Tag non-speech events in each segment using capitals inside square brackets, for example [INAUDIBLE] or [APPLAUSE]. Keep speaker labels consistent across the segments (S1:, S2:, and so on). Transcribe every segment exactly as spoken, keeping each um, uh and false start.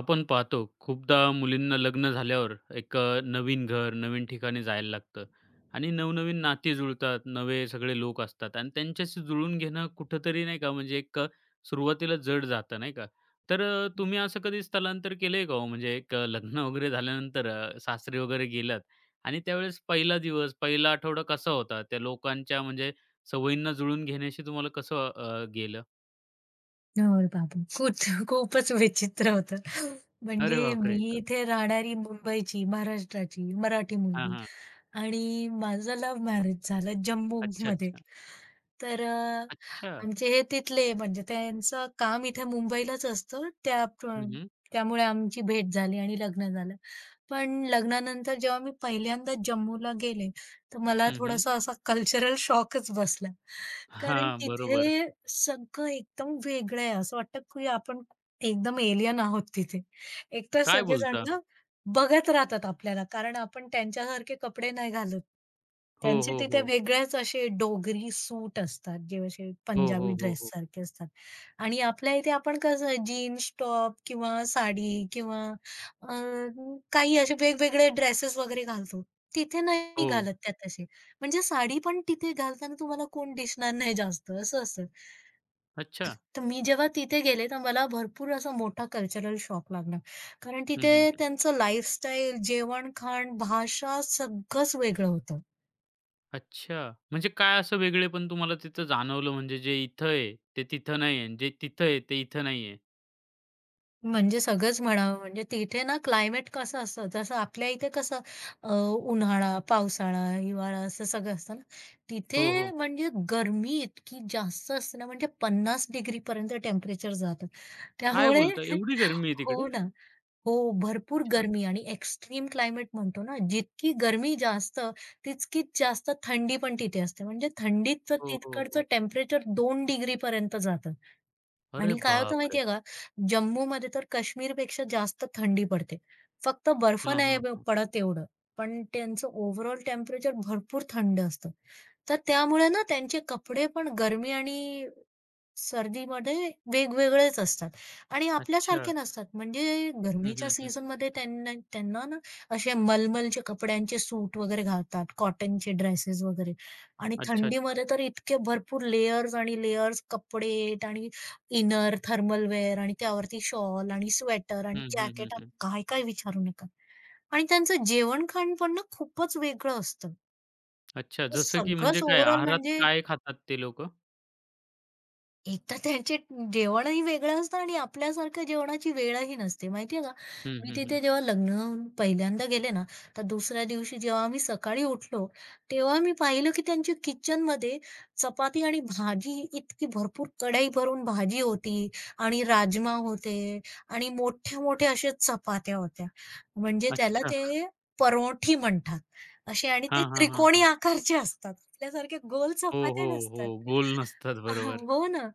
S1: आपण पाहतो खूपदा मुलींना लग्न झाल्यावर एक अ, नवीन घर, नवीन ठिकाणी जायला लागतं आणि नवनवीन नाती जुळतात, नवे सगळे लोक असतात आणि त्यांच्याशी जुळून घेणं कुठेतरी नाही का, म्हणजे एक अ, सुरुवातीला जड जातं नाही का? तर अ, तुम्ही असं कधी स्थलांतर केलंय का हो? म्हणजे एक अ, लग्न [LAUGHS] वगैरे झाल्यानंतर अ, सासरी वगैरे गेलात आणि त्यावेळेस पहिला दिवस, पहिला आठवडा कसा होता? त्या लोकांच्या म्हणजे सवयींना जुळून घेण्याशी तुम्हाला कसं अ, गेलं?
S2: होय बाबा. खूप [LAUGHS] खूपच विचित्र होतं.
S1: अरे
S2: म्हणजे मी
S1: बापरे!
S2: इथे राहणारी मुंबईची, महाराष्ट्राची मराठी
S1: हां,
S2: मुलगी.
S1: हां.
S2: आणि माझं लव्ह मॅरेज झालं
S1: अच्छा,
S2: जम्मूमध्ये.
S1: अच्छा.
S2: तर अ,
S1: अच्छा.
S2: आमचे हे तिथले म्हणजे त्यांचं काम इथे मुंबईलाच असतं. त्या
S1: हं,
S2: पण
S1: हं.
S2: त्यामुळे आमची भेट झाली आणि लग्न झालं. पण लग्नानंतर जेव्हा मी पहिल्यांदा जम्मूला गेले, तर मला
S1: हं, हं.
S2: थोडासा असा कल्चरल शॉकच बसला. कारण
S1: हां, बरोबर.
S2: तिथे सगळं एकदम वेगळं आहे. असं वाटतं की आपण एकदम एलियन आहोत तिथे. एकतर
S1: काय
S2: सगळेजण
S1: बोलता?
S2: बघत राहतात आपल्याला, कारण आपण त्यांच्यासारखे कपडे नाही घालत.
S1: हो,
S2: त्यांचे
S1: हो,
S2: तिथे
S1: हो.
S2: वेगळेच असे डोगरी सूट असतात, जे असे
S1: हो,
S2: पंजाबी
S1: हो, हो, हो.
S2: ड्रेससारखे असतात आणि आपल्या इथे आपण कसं जीन्स टॉप किंवा साडी किंवा अ, काही असे वेगवेगळे ड्रेसेस वगैरे घालतो. तिथे नाही
S1: हो.
S2: घालत त्या तसे. म्हणजे साडी पण तिथे घालताना तुम्हाला कोण दिसणार नाही जास्त, असं असतं.
S1: अच्छा.
S2: तर मी जेव्हा तिथे गेले, तर मला भरपूर असा मोठा कल्चरल शॉक लागला. कारण
S1: हं,
S2: तिथे
S1: हं.
S2: त्यांचं लाईफस्टाईल, जेवण-खाण, भाषा सगळंच वेगळं होतं.
S1: अच्छा. म्हणजे काय असं वेगळेपण तुम्हाला तिथं जाणवलं, म्हणजे जे इथं आहे, ते तिथं नाही आहे आणि जे तिथं आहे, ते इथं नाही आहे?
S2: म्हणजे सगळंच म्हणावं म्हणजे तिथे ना क्लायमेट कसं असतं, जसं आपल्या इथे कसं अ, उन्हाळा, पावसाळा, हिवाळा असं सगळं असतं ना, हो, तिथे
S1: हो, हो.
S2: हो. म्हणजे गरमी इतकी जास्त असते ना, म्हणजे पन्नास डिग्रीपर्यंत टेम्परेचर जातं.
S1: काय
S2: त्यामुळे
S1: बोलता? एवढी
S2: [LAUGHS]
S1: गरमी आहे तिकडे?
S2: हो ना. हो, भरपूर
S1: अच्छा.
S2: गरमी आणि एक्स्ट्रीम क्लायमेट म्हणतो ना, जितकी गरमी जास्त, तितकीच जास्त थंडी पण तिथे असते. म्हणजे थंडीचं
S1: हो, हो,
S2: तिकडचं
S1: हो.
S2: टेम्परेचर दोन डिग्रीपर्यंत जातं
S1: अरे
S2: आणि काय होतं
S1: बापरे!
S2: माहिती का, जम्मूमध्ये तर काश्मीरपेक्षा जास्त थंडी पडते. फक्त बर्फ
S1: हां,
S2: नाही
S1: हां,
S2: ब
S1: हां.
S2: पडत एवढं, पण त्यांचं ओव्हरऑल टेम्परेचर भरपूर थंड असतं. तर त्यामुळे ना त्यांचे कपडे पण गरमी आणि सर्दीमध्ये वेगवेगळेच असतात आणि
S1: अच्छा.
S2: आपल्यासारखे नसतात. म्हणजे
S1: हं,
S2: गरमीच्या
S1: हं, हं.
S2: सीझनमध्ये त्यांना त्यांना ना असे मलमलचे कपड्यांचे सूट वगैरे घालतात, कॉटनचे ड्रेसेस वगैरे आणि
S1: अच्छा, अच्छा.
S2: थंडीमध्ये तर इतके भरपूर लेयर्स आणि लेयर्स कपडे आणि इनर, थर्मल वेअर आणि त्यावरती शॉल आणि स्वेटर आणि
S1: हं, हं, हं,
S2: जॅकेट आणि
S1: हं.
S2: काय-काय विचारू नका. आणि त्यांचं जेवण-खाण पण ना खूपच वेगळं असतं.
S1: अच्छा. जसं की म्हणजे
S2: सगळंच
S1: काय
S2: ओव्हरऑल
S1: आहारात
S2: म्हणजे
S1: काय खातात ते लोकं?
S2: एक तर त्यांचे जेवणही वेगळं असतं आणि आपल्यासारख्या जेवणाची वेळही नसते माहितीये का?
S1: हं,
S2: मी
S1: हं, हं.
S2: तिथे जेव्हा लग्न पहिल्यांदा गेले ना, तर दुसऱ्या दिवशी जेव्हा आम्ही सकाळी उठलो, तेव्हा मी पाहिलं की त्यांच्या किचनमध्ये चपाती आणि भाजी इतकी भरपूर कढई भरून भाजी होती आणि राजमा होते आणि मोठ्या-मोठ्या अशा चपात्या होत्या. म्हणजे त्याला
S1: अच्छा.
S2: ते परोठी म्हणतात. असे आणि ते
S1: हां, हां, हां,
S2: त्रिकोणी
S1: हां.
S2: आकारचे असतात. आपल्यासारख्या गोल
S1: हो, हो,
S2: चपात्या
S1: हो.
S2: नसतात.
S1: गोल नसतात. बरोबर.
S2: [LAUGHS] हो ना.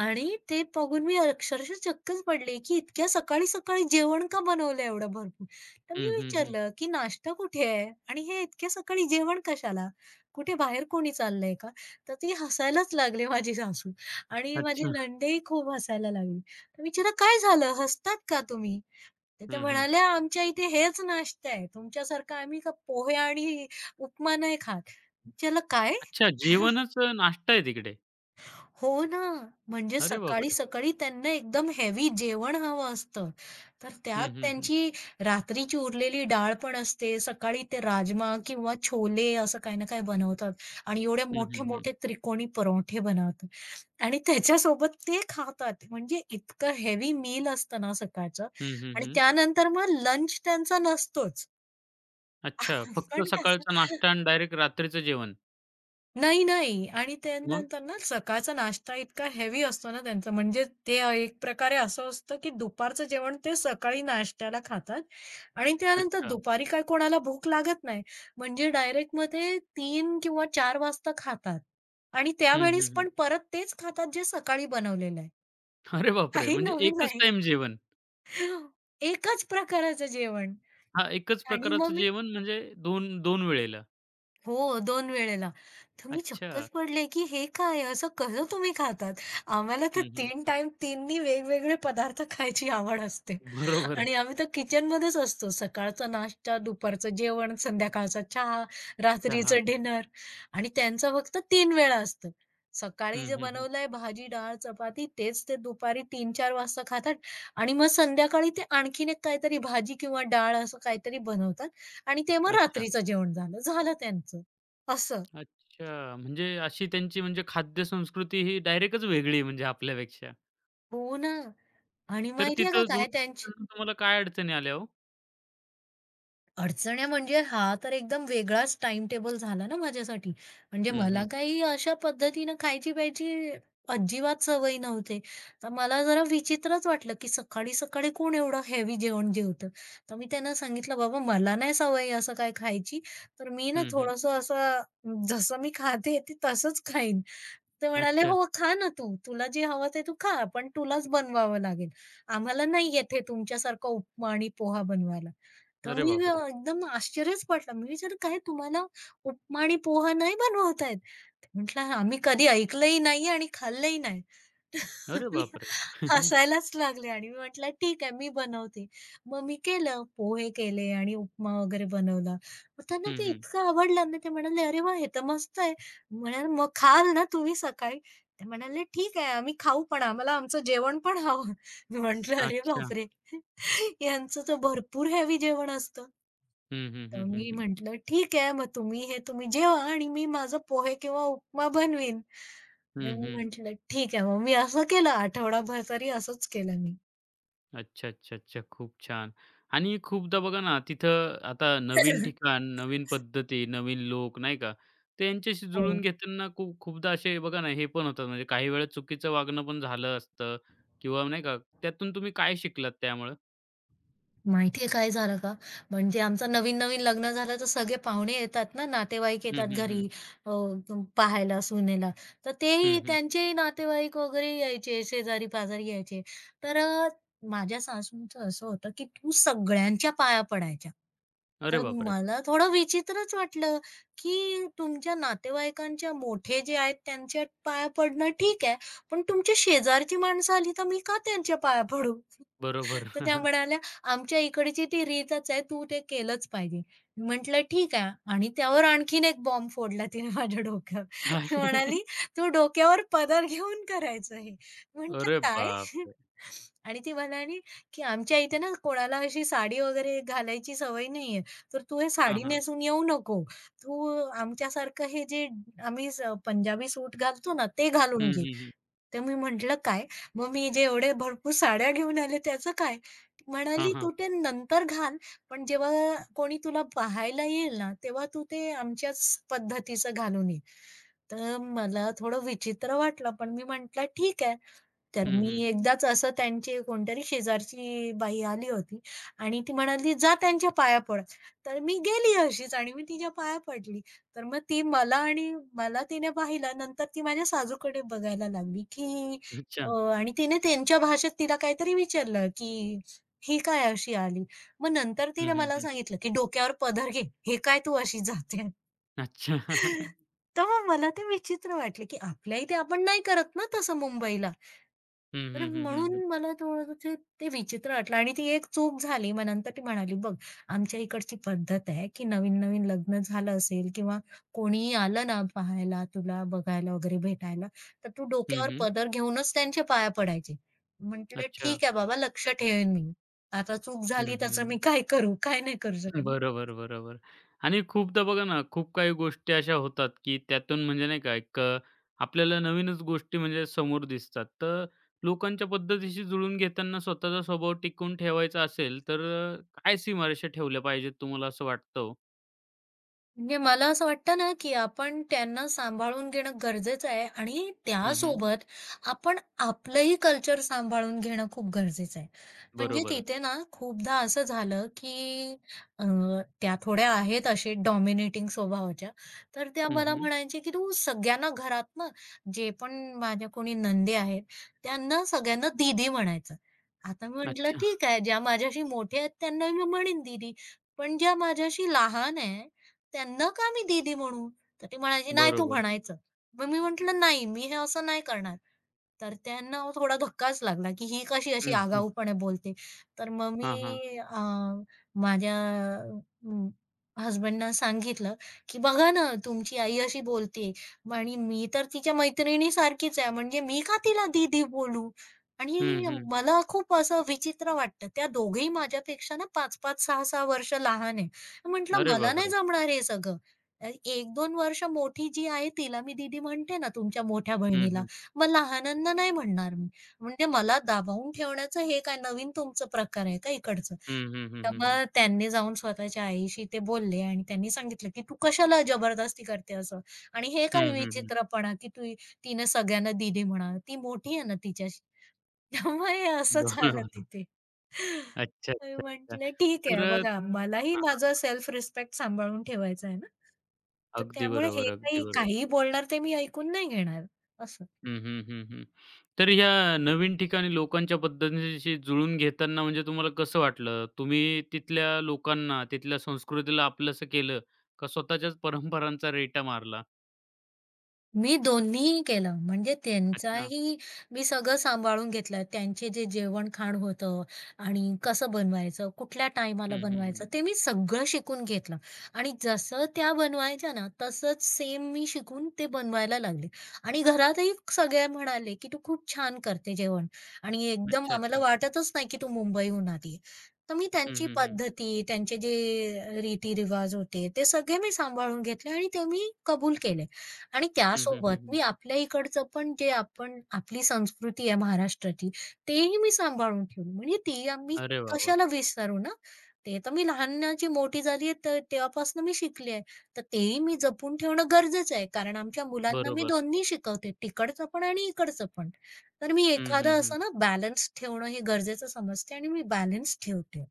S2: आणि ते बघून मी अक्षरशः चक्कच पडले, की इतक्या सकाळी-सकाळी जेवण का बनवलं एवढं भरपूर? तर मी
S1: हं, हं, हं.
S2: विचारलं, की "नाश्ता कुठे आहे? आणि हे इतक्या सकाळी जेवण कशाला? कुठे बाहेर कोणी चाललंय का?" तर ते हसायलाच लागले माझी सासू आणि माझे
S1: अच्छा.
S2: नणंदेही खूप हसायला लागले. तर विचारलं, "काय झालं? हसतात का तुम्ही?" तर त्या
S1: हं, हं.
S2: म्हणाल्या, "आमच्या इथे हेच नाश्ता आहे. तुमच्यासारखा आम्ही का पोहे आणि उपमा नाही खात." विचारलं, "काय?"
S1: अच्छा, जेवणच अ, नाश्ता आहे तिकडे.
S2: हो ना. म्हणजे
S1: अरे बापरे!
S2: सकाळी-सकाळी त्यांना एकदम हेवी जेवण हवं असतं. तर त्यात
S1: हं, हं, हं.
S2: त्यांची रात्रीची उरलेली डाळ पण असते. सकाळी ते राजमा किंवा छोले असं काही ना काही बनवतात आणि एवढे
S1: हं, हं, हं.
S2: मोठे-मोठे त्रिकोणी परोठे बनवतात आणि त्याच्यासोबत ते खातात. म्हणजे इतकं हेवी मील असतं ना सकाळचं
S1: हं, हं,
S2: आणि
S1: हं.
S2: त्यानंतर मग लंच त्यांचा नसतोच.
S1: अच्छा.
S2: [LAUGHS]
S1: फक्त
S2: आपण कसं
S1: सकाळचा नाश्ता आणि डायरेक्ट रात्रीचं जेवण.
S2: नाही, नाही. आणि ते
S1: मग?
S2: नंतर ना सकाळचा नाश्ता इतका हेवी असतो ना त्यांचा, म्हणजे ते एक प्रकारे असं असतं, की दुपारचं जेवण ते सकाळी नाश्त्याला खातात आणि त्यानंतर
S1: अच्छा.
S2: दुपारी काय कोणाला भूक लागत नाही. म्हणजे डायरेक्ट मग ते तीन किंवा चार वाजता खातात आणि
S1: हं, हं,
S2: त्यावेळेस
S1: हं.
S2: पण परत तेच खातात जे सकाळी बनवलेलं आहे.
S1: अरे बापरे!
S2: काही
S1: म्हणजे
S2: नवीन
S1: एकच
S2: नाही.
S1: टाईम जेवण.
S2: एकाच प्रकाराचं जेवण.
S1: हां, एकच
S2: आणि
S1: प्रकाराचं
S2: मग मी
S1: जेवण म्हणजे दोन दोन वेळेला.
S2: हो, दोन वेळेला. तर मी
S1: अच्छा.
S2: चक्कच पडले, की हे काय? असं कसं तुम्ही खातात? आम्हाला तर
S1: हं, हं.
S2: तीन टाईम तिनी वेगवेगळे पदार्थ खायची आवड असते.
S1: बरोबर.
S2: आणि आम्ही तर किचनमध्येच असतो. सकाळचा नाश्ता, दुपारचं जेवण, संध्याकाळचा चहा,
S1: चहा.
S2: रात्रीचं डिनर आणि त्यांचं फक्त तीन वेळा असतं. सकाळी
S1: हं,
S2: जे
S1: हं, हं.
S2: बनवलंय भाजी, डाळ, चपाती तेच ते दुपारी तीन-चार वाजता खातात आणि मग संध्याकाळी ते आणखीन एक काहीतरी भाजी किंवा डाळ असं काहीतरी बनवतात आणि ते मग
S1: अच्छा.
S2: रात्रीचं जेवण झालं. झालं त्यांचं. असं.
S1: अच्छा. म्हणजे अशी त्यांची, म्हणजे खाद्यसंस्कृती ही डायरेक्टच वेगळी आहे म्हणजे आपल्यापेक्षा.
S2: हो ना. आणि
S1: तर
S2: माहिती का
S1: तिथं जुळवून
S2: काय त्यांची
S1: घेताना तुम्हाला काय अडचणी आल्या हो?
S2: अडचण्या म्हणजे हा तर एकदम वेगळाच टाइम टेबल झाला ना माझ्यासाठी. म्हणजे
S1: हं,
S2: मला
S1: हं.
S2: काही अशा पद्धतीनं खायची-प्यायची अजिबात सवय नव्हते. तर मला जरा विचित्रच वाटलं, की सकाळी-सकाळी कोण एवढं हेवी जेवण जेवतं? तर मी त्यांना सांगितलं, "बाबा मला नाही सवय असं काय खायची, तर मी ना
S1: हं, हं.
S2: थोडंसं असं जसं मी खाते ते तसंच खाईन." ते म्हणाले,
S1: अच्छा.
S2: "हो, खा ना तू. तुला जे हवं ते तू खा, पण तुलाच बनवावं लागेल. आम्हाला नाही येत हे उपमा आणि पोहा बनवायला." तर
S1: अरे
S2: मी अ,
S1: बापरे!
S2: एकदम आश्चर्यच पटलं. मी विचारलं, "काय तुम्हाला उपमा आणि पोहा नाही बनवता येत?" म्हटलं, "आम्ही कधी ऐकलंही नाहीये आणि खाल्लंही नाही." [LAUGHS]
S1: अरे
S2: मी
S1: बापरे!
S2: हसायलाच लागले आणि मी म्हटलं, "ठीक आहे, मी बनवते." मग मी केलं, पोहे केले आणि उपमा वगैरे बनवला. मग त्यांना
S1: हं,
S2: ते
S1: हं.
S2: इतकं आवडलं ना, ते म्हणाले, "अरे वाह! हे तर मस्त आहे." म्हणाले, "मग खाल ना तुम्ही सकाळी?" ते म्हणाले, "ठीक आहे, आम्ही खाऊ पण आम्हाला आमचं जेवण पण हवं." मी म्हटलं, "अरे
S1: अच्छा.
S2: बापरे! [LAUGHS] यांचं तर भरपूर हेवी जेवण असतं."
S1: हं, हं,
S2: तर
S1: हं, हं,
S2: मी
S1: हं.
S2: म्हटलं, "ठीक आहे, मग तुम्ही हे तुम्ही जेवा आणि मी माझं पोहे किंवा उपमा बनवीन." तर
S1: हं,
S2: मी
S1: हं.
S2: म्हटलं, "ठीक आहे." मग मी असं केलं आठवडाभर तरी असंच केलं मी.
S1: अच्छा, अच्छा, अच्छा. खूप छान. आणि खूपदा बघा ना, तिथं आता नवीन
S2: [LAUGHS]
S1: ठिकाण, नवीन पद्धती, नवीन लोक नाही का? त्यांच्याशी जुळून
S2: हो.
S1: घेताना खूप खूपदा असे बघा ना, हे पण होतात, म्हणजे काही वेळा चुकीचं वागणं पण झालं असतं किंवा नाही का, त्यातून तुम्ही काय शिकलात त्यामुळं?
S2: माहिती आहे काय झालं का? म्हणजे आमचं नवीन-नवीन लग्न झालं तर सगळे पाहुणे येतात ना, नातेवाईक
S1: हं,
S2: येतात
S1: हं,
S2: घरी,
S1: हं.
S2: अ, पाहायला सुनेला. तर तेही
S1: हं, हं.
S2: त्यांचेही नातेवाईक वगैरे यायचे, शेजारी-पाजारी यायचे. तर अ, माझ्या सासूंचं असं होतं, की "तू सगळ्यांच्या पाया पडायच्या."
S1: अरे
S2: तर
S1: बापरे!
S2: मला थोडं विचित्रच वाटलं, की तुमच्या नातेवाईकांच्या मोठे जे आहेत त्यांच्या पाया पडणं ठीक आहे, पण तुमच्या शेजारची माणसं आली तर मी का त्यांच्या पाया पडू?
S1: बरोबर.
S2: तर त्या म्हणाल्या, "आमच्या इकडची ती रीतच आहे, तू ते केलंच पाहिजे." मी म्हटलं, "ठीक आहे." आणि त्यावर आणखीन एक बॉम्ब फोडला तिने माझ्या डोक्यावर.
S1: काय?
S2: ती
S1: [LAUGHS]
S2: म्हणाली, "तू डोक्यावर पदर घेऊन करायचं हे." म्हटलं,
S1: अरे
S2: "काय?"
S1: बापरे!
S2: आणि ती म्हणाली, की "आमच्या इथे ना कोणाला अशी साडी वगैरे घालायची सवय नाहीये, तर तू हे
S1: हां,
S2: साडी
S1: हां.
S2: नेसून येऊ नको. तू आमच्यासारखं हे जे आम्ही स पंजाबी सूट घालतो ना, ते घालून
S1: हं,
S2: घे."
S1: हं, हं.
S2: तर मी म्हटलं, "काय? मग मी जे एवढे भरपूर साड्या घेऊन आले त्याचं काय?"
S1: हां,
S2: म्हणाली,
S1: हां.
S2: "तू ते नंतर घाल, पण जेव्हा कोणी तुला पाहायला येईल ना, तेव्हा तू ते आमच्याच पद्धतीचं घालून ये." तर मला थोडं विचित्र वाटलं, पण मी म्हटलं, "ठीक आहे." तर
S1: हं,
S2: मी
S1: हं.
S2: एकदाच असं त्यांची कोणतरी शेजारची बाई आली होती आणि ती म्हणाली, "जा त्यांच्या पाया पड." तर मी गेली अशीच आणि मी तिच्या पाया पडली. तर मग ती मला आणि मला तिने पाहिलं. नंतर ती माझ्या सासूकडे बघायला लागली, की अ,
S1: अच्छा.
S2: आणि तिने त्यांच्या भाषेत तिला काहीतरी विचारलं, की "ही काय अशी आली?" मग नंतर तिने
S1: हं, हं,
S2: मला
S1: हं.
S2: सांगितलं, की "डोक्यावर पदर घे. हे काय तू अशी जाते?"
S1: अच्छा. [LAUGHS]
S2: तर मग मला ते विचित्र वाटले की आपल्या इथे आपण नाही करत ना तसं मुंबईला.
S1: हं,
S2: तर
S1: हं, हं, हं, हं.
S2: म्हणून मला थोडं ते ते विचित्र वाटलं आणि ती एक चूक झाली. मग नंतर ती म्हणाली, "बघ आमच्या इकडची पद्धत आहे, की नवीन-नवीन लग्न झालं असेल किंवा कोणीही आलं ना पाहायला तुला, बघायला वगैरे भेटायला, तर तू डोक्यावर
S1: हं,
S2: पदर घेऊनच त्यांच्या पाया पडायचे." म्हटलं,
S1: अच्छा.
S2: "ठीक आहे बाबा लक्ष ठेवेन मी. आता चूक
S1: हं, हं,
S2: झाली त्याचं
S1: हं.
S2: मी काय करू? काय नाही करू शकत."
S1: बरोबर, बरोबर. आणि खूपदा बघा ना, खूप काही गोष्टी अशा होतात, की त्यातून म्हणजे नाही का एक अ, आपल्याला नवीनच गोष्टी म्हणजे समोर दिसतात. तर लोकांच्या पद्धतीशी जुळून घेताना स्वतःचा स्वभाव टिकवून ठेवायचा असेल, तर अ, काय सीमारेषा ठेवल्या पाहिजेत तुम्हाला असं वाटतं हो?
S2: म्हणजे मला असं वाटतं ना, की आपण त्यांना सांभाळून घेणं गरजेचं आहे आणि
S1: हं, हं.
S2: त्यासोबत आपण आपलंही कल्चर सांभाळून घेणं खूप गरजेचं आहे. म्हणजे
S1: बरोबर.
S2: तिथे ना खूपदा असं झालं, की अ, त्या थोड्या आहेत असे डॉमिनेटिंग स्वभावाच्या. तर त्या
S1: हं,
S2: मला
S1: हं.
S2: म्हणायच्या, की "तू सगळ्यांना घरात ना, जे पण माझ्या कोणी नणंदे आहेत, त्यांना सगळ्यांना दीदी म्हणायचं." आता मी म्हटलं,
S1: अच्छा.
S2: "ठीक आहे, ज्या माझ्याशी मोठ्या आहेत त्यांना मी म्हणेन दीदी, पण ज्या माझ्याशी लहान आहे त्यांना का मी दीदी म्हणू?" तर ती म्हणायची, "नाही तू
S1: बरोबर.
S2: म्हणायचं." मग मी म्हटलं, "नाही, मी हे असं नाही करणार." तर त्यांना अहो थोडा धक्काच लागला, की ही कशी अशी
S1: हं, हं.
S2: आगाऊपणे बोलते. तर मग
S1: हां, हां.
S2: मी अ, माझ्या अं, हसबंडना सांगितलं, की "बघा ना, तुमची आई अशी बोलते आणि मी तर तिच्या मैत्रिणीसारखीच आहे, म्हणजे मी का तिला दीदी बोलू?"
S1: हं,
S2: आणि
S1: हं.
S2: मला खूप असं विचित्र वाटतं. त्या दोघीही माझ्यापेक्षा ना पाच-पाच, सहा-सहा वर्ष लहान आहेत. म्हटलं
S1: अरे
S2: मला नाही
S1: बापरे!
S2: जमणार हे सगळं. अ, एक-दोन वर्ष मोठी जी आहे तिला मी दीदी म्हणते ना तुमच्या मोठ्या
S1: हं,
S2: बहिणीला.
S1: हं.
S2: मग लहानांना नाही म्हणणार मी. म्हणजे मला दाबावून ठेवण्याचं हे काय नवीन तुमचं प्रकार आहे का इकडचं?
S1: हं, हं, हं,
S2: तर
S1: हं, हं.
S2: मग त्यांनी जाऊन स्वतःच्या आईशी ते बोलले आणि त्यांनी सांगितलं, "की तू कशाला जबरदस्ती करते असं? आणि हे
S1: हं,
S2: काय
S1: हं, हं.
S2: विचित्रपणा की तू तिने सगळ्यांना दीदी म्हणावं. ती मोठी आहे ना तिच्या त्यामुळे हे असं झालं
S1: बरोबर. [LAUGHS]
S2: तिथे."
S1: अच्छा,
S2: मी
S1: अच्छा, अच्छा.
S2: म्हटलं, "ठीक
S1: तर
S2: आहे
S1: अ
S2: बघा मलाही
S1: हां,
S2: माझा
S1: हां.
S2: सेल्फ रिस्पेक्ट सांभाळून ठेवायचा आहे ना. तर
S1: अगदी
S2: त्यामुळे
S1: बरोबर,
S2: हे
S1: अगदी
S2: काही
S1: बरोबर.
S2: काहीही बोलणार ते मी ऐकून नाही घेणार." असं.
S1: हं, हं, हं, हं. तर ह्या नवीन ठिकाणी लोकांच्या पद्धतींशी जुळून घेताना म्हणजे तुम्हाला कसं वाटलं? तुम्ही तिथल्या लोकांना, तिथल्या संस्कृतीला आपलंसं केलं का स्वतःच्याच परंपरांचा रेटा मारला?
S2: मी दोन्हीही केलं. म्हणजे
S1: अच्छा.
S2: त्यांचाही मी सगळं सांभाळून घेतलं. त्यांचे जे जेवण-खाण होतं आणि कसं बनवायचं, कुठल्या टायमाला
S1: हं, हं, हं.
S2: बनवायचं, ते मी सगळं शिकून घेतलं. आणि जसं त्या बनवायच्या ना, तसंच सेम मी शिकून ते बनवायला लागले. आणि घरातही सगळे म्हणाले, की "तू खूप छान करते जेवण आणि एकदम
S1: अच्छा,
S2: आम्हाला
S1: अच्छा.
S2: वाटतच नाही की तू मुंबईहून आली." तर मी
S1: हं,
S2: त्यांची
S1: हं, हं.
S2: पद्धती, त्यांचे जे रीती-रिवाज होते, ते सगळे मी सांभाळून घेतले आणि ते मी कबूल केले. आणि
S1: हं, हं,
S2: त्यासोबत
S1: हं, हं.
S2: मी आपल्या इकडचं पण जे आपण आपली संस्कृती आहे महाराष्ट्राची, तेही मी सांभाळून ठेवली. म्हणजे ती आम्ही
S1: अरे वाह, वाह!
S2: कशाला विसरू ना. ते तर मी लहानाची मोठी झाली आहे तर तेव्हापासून मी शिकली आहे. तर तेही मी जपून ठेवणं गरजेचं आहे. कारण आमच्या मुलांना मी
S1: बरोबर.
S2: दोन्ही शिकवते, तिकडचं पण आणि इकडचं पण. तर मी
S1: हं, हं,
S2: एखादं
S1: हं.
S2: असं ना बॅलन्स ठेवणं हे गरजेचं समजते आणि मी बॅलन्स ठेवते.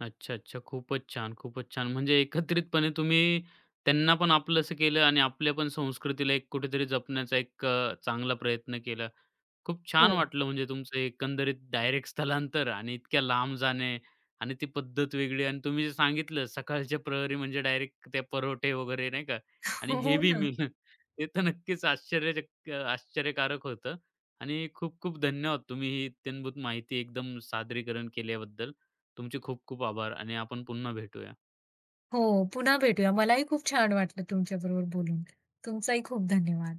S1: अच्छा, अच्छा. खूपच छान, खूपच छान. म्हणजे एकत्रितपणे तुम्ही त्यांना पण आपलंसं केलं आणि आपल्या पण संस्कृतीला एक कुठेतरी जपण्याचा एक अ, चांगला प्रयत्न केला. खूप छान
S2: हो.
S1: वाटलं म्हणजे तुमचं एकंदरीत डायरेक्ट स्थलांतर आणि इतक्या लांब जाणे आणि ती पद्धत वेगळी, आणि तुम्ही जे सांगितलं सकाळच्या प्रहरी म्हणजे डायरेक्ट त्या परोठे वगैरे, नाही का, आणि
S2: हो
S1: हेवी
S2: ना.
S1: मील. [LAUGHS] ते तर नक्कीच आश्चर्यचक आश्चर्यकारक होतं. आणि खूप खूप धन्यवाद तुम्ही ही इत्यंभूत माहिती एकदम सादरीकरण केल्याबद्दल. तुमचे खूप खूप आभार आणि आपण पुन्हा भेटूया.
S2: हो, पुन्हा भेटूया. मलाही खूप छान वाटलं तुमच्याबरोबर बोलून. तुमचाही खूप धन्यवाद.